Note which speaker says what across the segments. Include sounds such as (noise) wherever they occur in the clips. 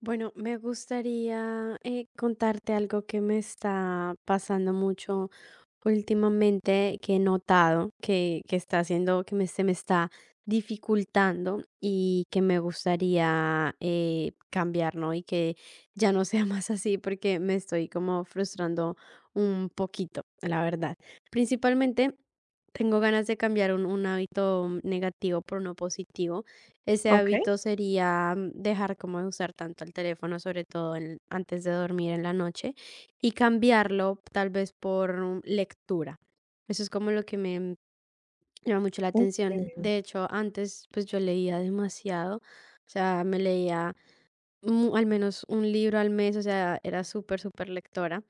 Speaker 1: Bueno, me gustaría contarte algo que me está pasando mucho últimamente, que he notado que está haciendo, se me está dificultando y que me gustaría cambiar, ¿no? Y que ya no sea (laughs) más así porque me estoy como frustrando un poquito, la verdad. Principalmente tengo ganas de cambiar un hábito negativo por uno positivo. Ese
Speaker 2: Okey,
Speaker 1: hábito sería dejar como de usar tanto el teléfono, sobre todo antes de dormir en la noche, y cambiarlo tal vez por lectura. Eso es como lo que me llama mucho la atención.
Speaker 2: okey,
Speaker 1: De hecho, antes pues yo leía demasiado, o sea, me leía al menos un libro al mes, o sea, era súper, súper lectora,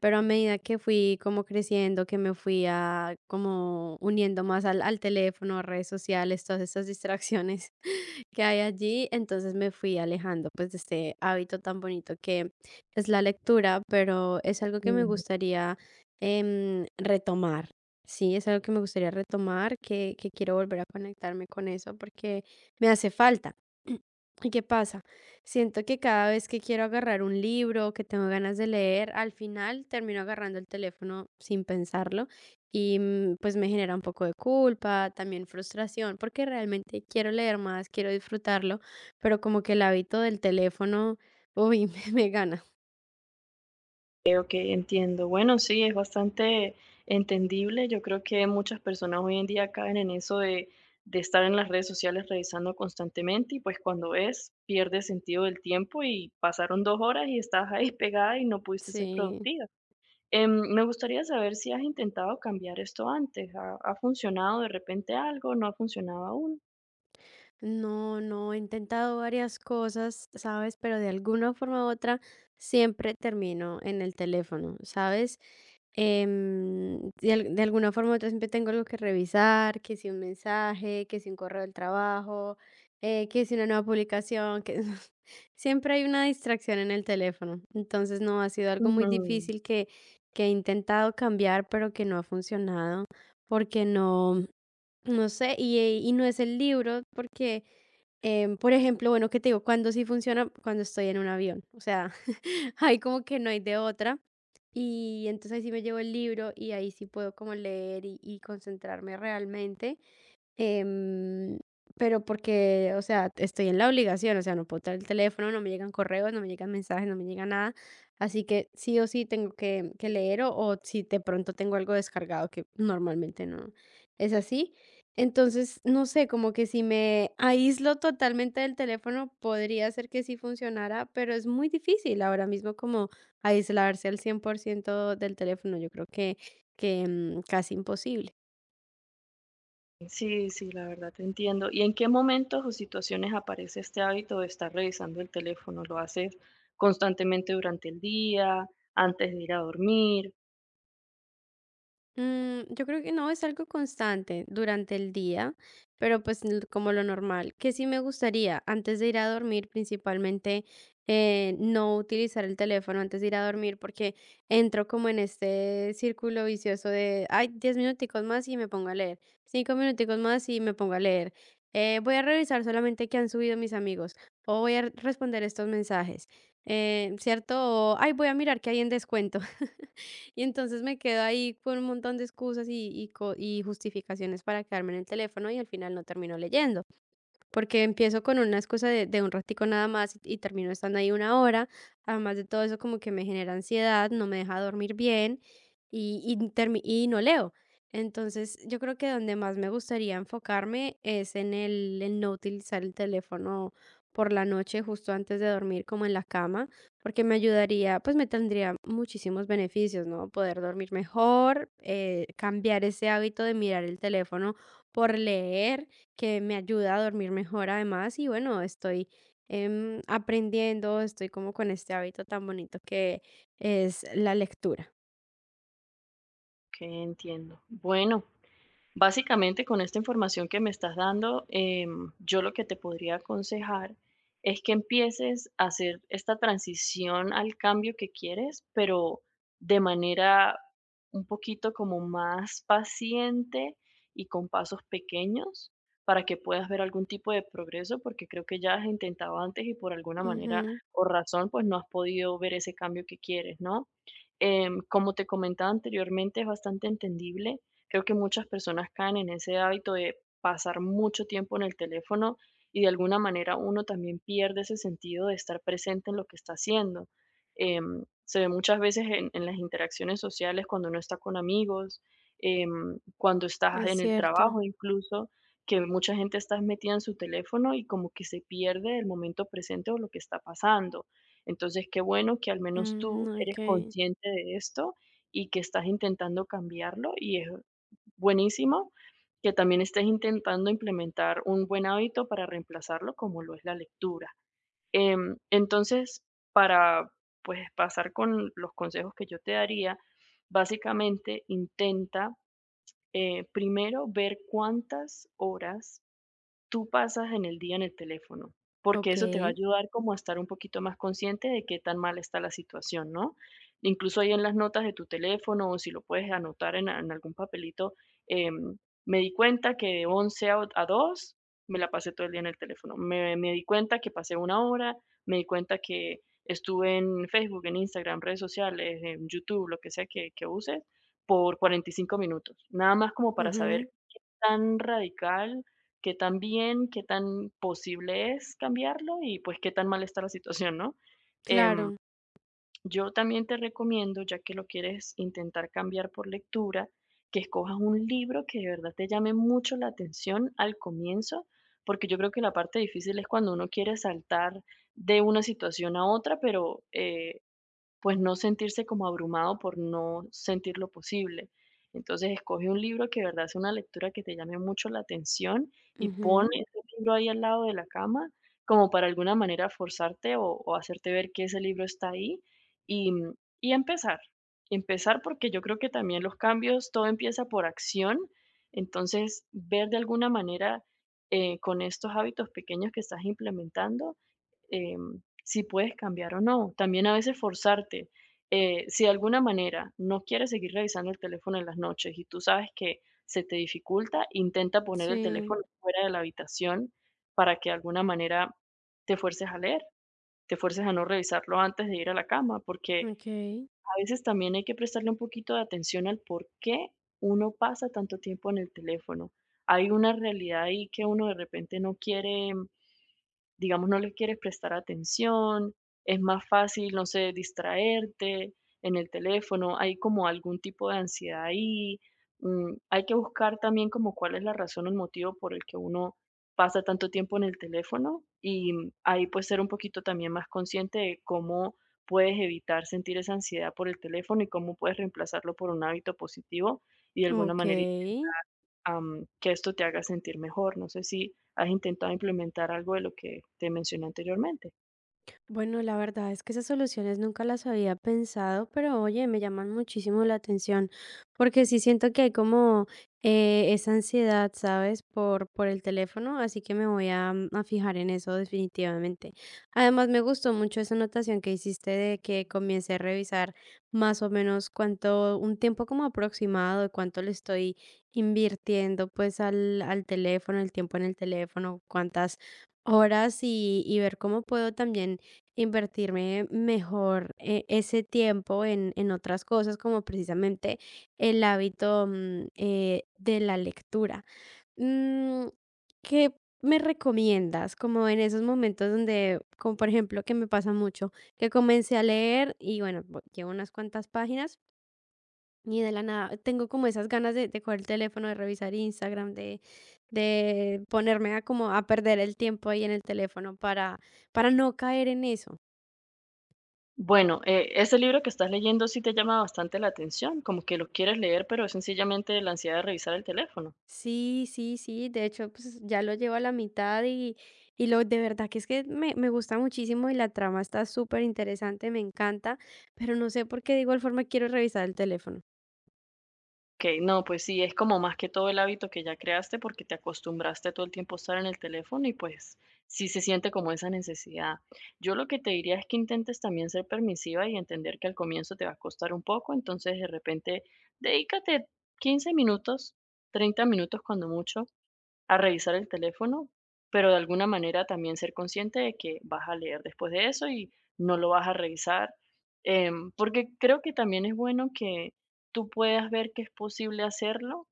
Speaker 1: pero a medida que fui como creciendo, que me fui a como uniendo más al teléfono, redes sociales, todas estas distracciones (laughs) que hay allí, entonces me fui alejando pues de este hábito tan bonito que es la lectura, pero es algo que me
Speaker 2: mm,
Speaker 1: gustaría retomar. Sí, es algo que me gustaría retomar, que quiero volver a conectarme con eso porque me hace falta. (clears throat) ¿Y qué pasa? Siento que cada vez que quiero agarrar un libro o que tengo ganas de leer, al final termino agarrando el teléfono sin pensarlo y, pues me genera un poco de culpa, también frustración, porque realmente quiero leer más, quiero disfrutarlo, pero como que el hábito del teléfono, uy, (laughs) me gana.
Speaker 2: okey, entiendo. Bueno, sí, es bastante entendible. Yo creo que muchas personas hoy en día caen en eso de estar en las redes sociales revisando constantemente y, pues, cuando ves, pierdes sentido del tiempo y pasaron 2 horas y estás ahí (laughs) pegada y no pudiste ser
Speaker 1: Sí.
Speaker 2: productiva. Me gustaría saber si has intentado cambiar esto antes. ¿Ha funcionado de repente algo? ¿No ha funcionado aún?
Speaker 1: No, no, he intentado varias cosas, ¿sabes? Pero de alguna forma u otra siempre termino en el teléfono, ¿sabes? De alguna forma u otra siempre tengo algo que revisar, que si un mensaje, que si un correo del trabajo, que si una nueva publicación, que (laughs) siempre hay una distracción en el teléfono. Entonces, no, ha sido algo muy
Speaker 2: Ujú.
Speaker 1: difícil que he intentado cambiar, pero que no ha funcionado, porque no, no sé, y no es el libro, porque... Por ejemplo, bueno, ¿qué te digo? Cuando sí funciona, cuando estoy en un avión, o sea, (laughs) ahí como que no hay de otra. Y entonces ahí sí me llevo el libro y ahí sí puedo como leer y concentrarme realmente. Em, pero porque, o sea, estoy en la obligación, o sea, no puedo traer el teléfono, no me llegan correos, no me llegan mensajes, no me llega nada. Así que sí o sí tengo que leer o si de pronto tengo algo descargado, que normalmente no es así. Entonces, no sé, como que si me aíslo totalmente del teléfono, podría ser que sí funcionara, pero es muy difícil ahora mismo como aislarse al 100% del teléfono. Yo creo que casi imposible.
Speaker 2: Sí, sí, la verdad te entiendo. ¿Y en qué momentos o situaciones aparece este hábito de estar revisando el teléfono? ¿Lo haces constantemente durante el día, antes de ir a dormir?
Speaker 1: Yo creo que no, es algo constante durante el día, pero pues como lo normal, que sí me gustaría antes de ir a dormir principalmente, no utilizar el teléfono antes de ir a dormir porque entro como en este círculo vicioso de, ay, 10 minuticos más y me pongo a leer, 5 minuticos más y me pongo a leer, voy a revisar solamente qué han subido mis amigos o voy a responder estos mensajes, ¿cierto? O, ay, voy a mirar qué hay en descuento. Y entonces me quedo ahí con un montón de excusas y, y justificaciones para quedarme en el teléfono y al final no termino leyendo porque empiezo con una excusa de un ratico nada más y termino estando ahí una hora. Además de todo eso, como que me genera ansiedad, no me deja dormir bien y, y no leo. Entonces, yo creo que donde más me gustaría enfocarme es en no utilizar el teléfono por la noche, justo antes de dormir, como en la cama, porque me ayudaría, pues me tendría muchísimos beneficios, ¿no? Poder dormir mejor, cambiar ese hábito de mirar el teléfono por leer, que me ayuda a dormir mejor además. Y bueno, estoy aprendiendo, estoy como con este hábito tan bonito que es la lectura.
Speaker 2: Que entiendo. Bueno, básicamente, con esta información que me estás dando, yo lo que te podría aconsejar es que empieces a hacer esta transición al cambio que quieres, pero de manera un poquito como más paciente y con pasos pequeños para que puedas ver algún tipo de progreso, porque creo que ya has intentado antes y por alguna manera
Speaker 1: Ujú,
Speaker 2: o razón, pues no has podido ver ese cambio que quieres, ¿no? Como te comentaba anteriormente, es bastante entendible. Creo que muchas personas caen en ese hábito de pasar mucho tiempo en el teléfono y de alguna manera uno también pierde ese sentido de estar presente en lo que está haciendo. Se ve muchas veces en las interacciones sociales cuando uno está con amigos, cuando estás
Speaker 1: es
Speaker 2: en el
Speaker 1: cierto.
Speaker 2: trabajo incluso, que mucha gente está metida en su teléfono y como que se pierde el momento presente o lo que está pasando. Entonces, qué bueno que al menos
Speaker 1: Mm,
Speaker 2: tú eres
Speaker 1: ok.
Speaker 2: consciente de esto y que estás intentando cambiarlo y es buenísimo que también estés intentando implementar un buen hábito para reemplazarlo, como lo es la lectura. Entonces, para pues pasar con los consejos que yo te daría, básicamente intenta primero ver cuántas horas tú pasas en el día en el teléfono, porque
Speaker 1: Ok,
Speaker 2: eso te va a ayudar como a estar un poquito más consciente de qué tan mal está la situación, ¿no? Incluso ahí en las notas de tu teléfono o si lo puedes anotar en algún papelito, em, me di cuenta que de 11 a 2 me la pasé todo el día en el teléfono, me di cuenta que pasé una hora, me di cuenta que estuve en Facebook, en Instagram, redes sociales, en YouTube, lo que sea que uses, por 45 minutos, nada más como para saber
Speaker 1: ujú.
Speaker 2: tan radical, qué tan bien, qué tan posible es cambiarlo y pues qué tan mal está la situación, ¿no? Em,
Speaker 1: Claro,
Speaker 2: yo también te recomiendo, ya que lo quieres intentar cambiar por lectura, que escojas un libro que de verdad te llame mucho la atención al comienzo, porque yo creo que la parte difícil es cuando uno quiere saltar de una situación a otra, pero pues no sentirse como abrumado por no sentir lo posible. Entonces, escoge un libro que de verdad sea una lectura que te llame mucho la atención y pon
Speaker 1: ujú.
Speaker 2: ese libro ahí al lado de la cama como para alguna manera forzarte o hacerte ver que ese libro está ahí y, y empezar. Empezar porque yo creo que también los cambios, todo empieza por acción. Entonces, ver de alguna manera con estos hábitos pequeños que estás implementando, si puedes cambiar o no. También a veces forzarte. Eh, si de alguna manera no quieres seguir revisando el teléfono en las noches y tú sabes que se te dificulta, intenta poner el
Speaker 1: Sí.
Speaker 2: teléfono fuera de la habitación para que de alguna manera te fuerces a leer, te fuerces a no revisarlo antes de ir a la cama, porque
Speaker 1: Ok.
Speaker 2: a veces también hay que prestarle un poquito de atención al por qué uno pasa tanto tiempo en el teléfono. Hay una realidad ahí que uno de repente no quiere, digamos, no le quieres prestar atención, es más fácil, no sé, distraerte en el teléfono, hay como algún tipo de ansiedad ahí. Hay que buscar también como cuál es la razón o el motivo por el que uno pasa tanto tiempo en el teléfono y ahí pues ser un poquito también más consciente de cómo puedes evitar sentir esa ansiedad por el teléfono y cómo puedes reemplazarlo por un hábito positivo y de alguna
Speaker 1: Ok.
Speaker 2: manera que esto te haga sentir mejor. No sé si has intentado implementar algo de lo que te mencioné anteriormente.
Speaker 1: Bueno, la verdad es que esas soluciones nunca las había pensado, pero oye, me llaman muchísimo la atención, porque sí siento que hay como esa ansiedad, ¿sabes? Por el teléfono, así que me voy a, a fijar en eso definitivamente. Además, me gustó mucho esa anotación que hiciste de que comience a revisar más o menos cuánto, un tiempo como aproximado de cuánto le estoy invirtiendo pues al teléfono, el tiempo en el teléfono, cuántas horas y ver cómo puedo también invertirme mejor, ese tiempo en otras cosas, como precisamente el hábito, de la lectura. Mm, ¿Qué me recomiendas? Como en esos momentos donde, como por ejemplo, que me pasa mucho, que comencé a leer y bueno, llevo unas cuantas páginas y de la nada tengo como esas ganas de coger el teléfono, de revisar Instagram, de ponerme a como a perder el tiempo ahí en el teléfono para no caer en eso.
Speaker 2: Bueno, ese libro que estás leyendo sí te llama bastante la atención, como que lo quieres leer, pero es sencillamente la ansiedad de revisar el teléfono.
Speaker 1: Sí, sí, sí, de hecho, pues ya lo llevo a la mitad y lo de verdad que es que me gusta muchísimo y la trama está súper interesante, me encanta, pero no sé por qué de igual forma quiero revisar el teléfono.
Speaker 2: Okey, no, pues sí, es como más que todo el hábito que ya creaste, porque te acostumbraste todo el tiempo a estar en el teléfono y, pues, sí se siente como esa necesidad. Yo lo que te diría es que intentes también ser permisiva y entender que al comienzo te va a costar un poco, entonces, de repente, dedícate 15 minutos, 30 minutos cuando mucho, a revisar el teléfono, pero de alguna manera también ser consciente de que vas a leer después de eso y no lo vas a revisar, porque creo que también es bueno que tú puedas ver que es posible hacerlo,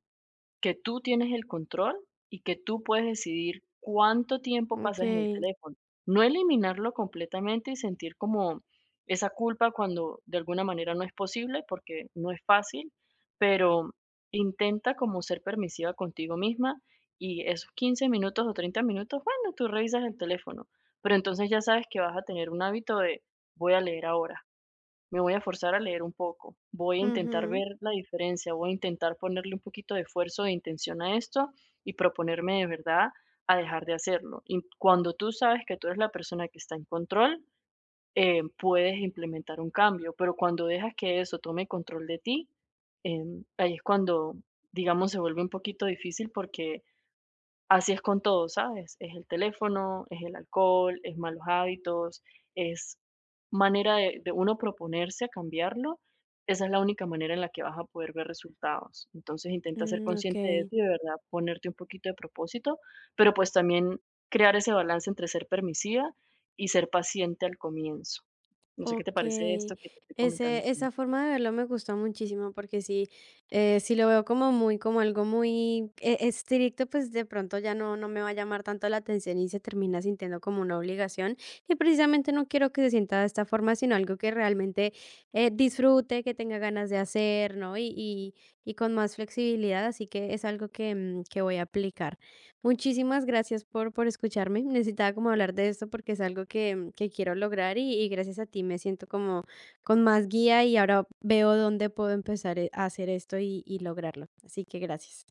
Speaker 2: que tú tienes el control y que tú puedes decidir cuánto tiempo
Speaker 1: Ok.
Speaker 2: pasas en el teléfono. No eliminarlo completamente y sentir como esa culpa cuando de alguna manera no es posible, porque no es fácil, pero intenta como ser permisiva contigo misma y esos 15 minutos o 30 minutos, bueno, tú revisas el teléfono, pero entonces ya sabes que vas a tener un hábito de voy a leer ahora, me voy a forzar a leer un poco, voy a intentar
Speaker 1: Ujú.
Speaker 2: ver la diferencia, voy a intentar ponerle un poquito de esfuerzo e intención a esto y proponerme de verdad a dejar de hacerlo. Y cuando tú sabes que tú eres la persona que está en control, puedes implementar un cambio, pero cuando dejas que eso tome control de ti, ahí es cuando, digamos, se vuelve un poquito difícil porque así es con todo, ¿sabes? Es el teléfono, es el alcohol, es malos hábitos, es manera de uno proponerse a cambiarlo. Esa es la única manera en la que vas a poder ver resultados. Entonces intenta ser
Speaker 1: Mm, ok.
Speaker 2: consciente de eso y de verdad ponerte un poquito de propósito, pero pues también crear ese balance entre ser permisiva y ser paciente al comienzo. No sé qué te parece esto
Speaker 1: Okey.
Speaker 2: que te estoy comentando.
Speaker 1: Ese, esa forma de verlo me gusta muchísimo, porque sí, si lo veo como muy como algo muy estricto, pues, de pronto ya no me va a llamar tanto la atención y se termina sintiendo como una obligación. Y precisamente no quiero que se sienta de esta forma, sino algo que realmente, disfrute, que tenga ganas de hacer, ¿no? Y con más flexibilidad, así que es algo que, que voy a aplicar. Muchísimas gracias por escucharme. Necesitaba como hablar de esto porque es algo que, que quiero lograr y gracias a ti me siento como con más guía y ahora veo dónde puedo empezar a hacer esto y lograrlo. Así que gracias.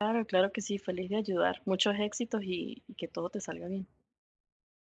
Speaker 2: Claro, claro que sí, feliz de ayudar. Muchos éxitos y que todo te salga bien.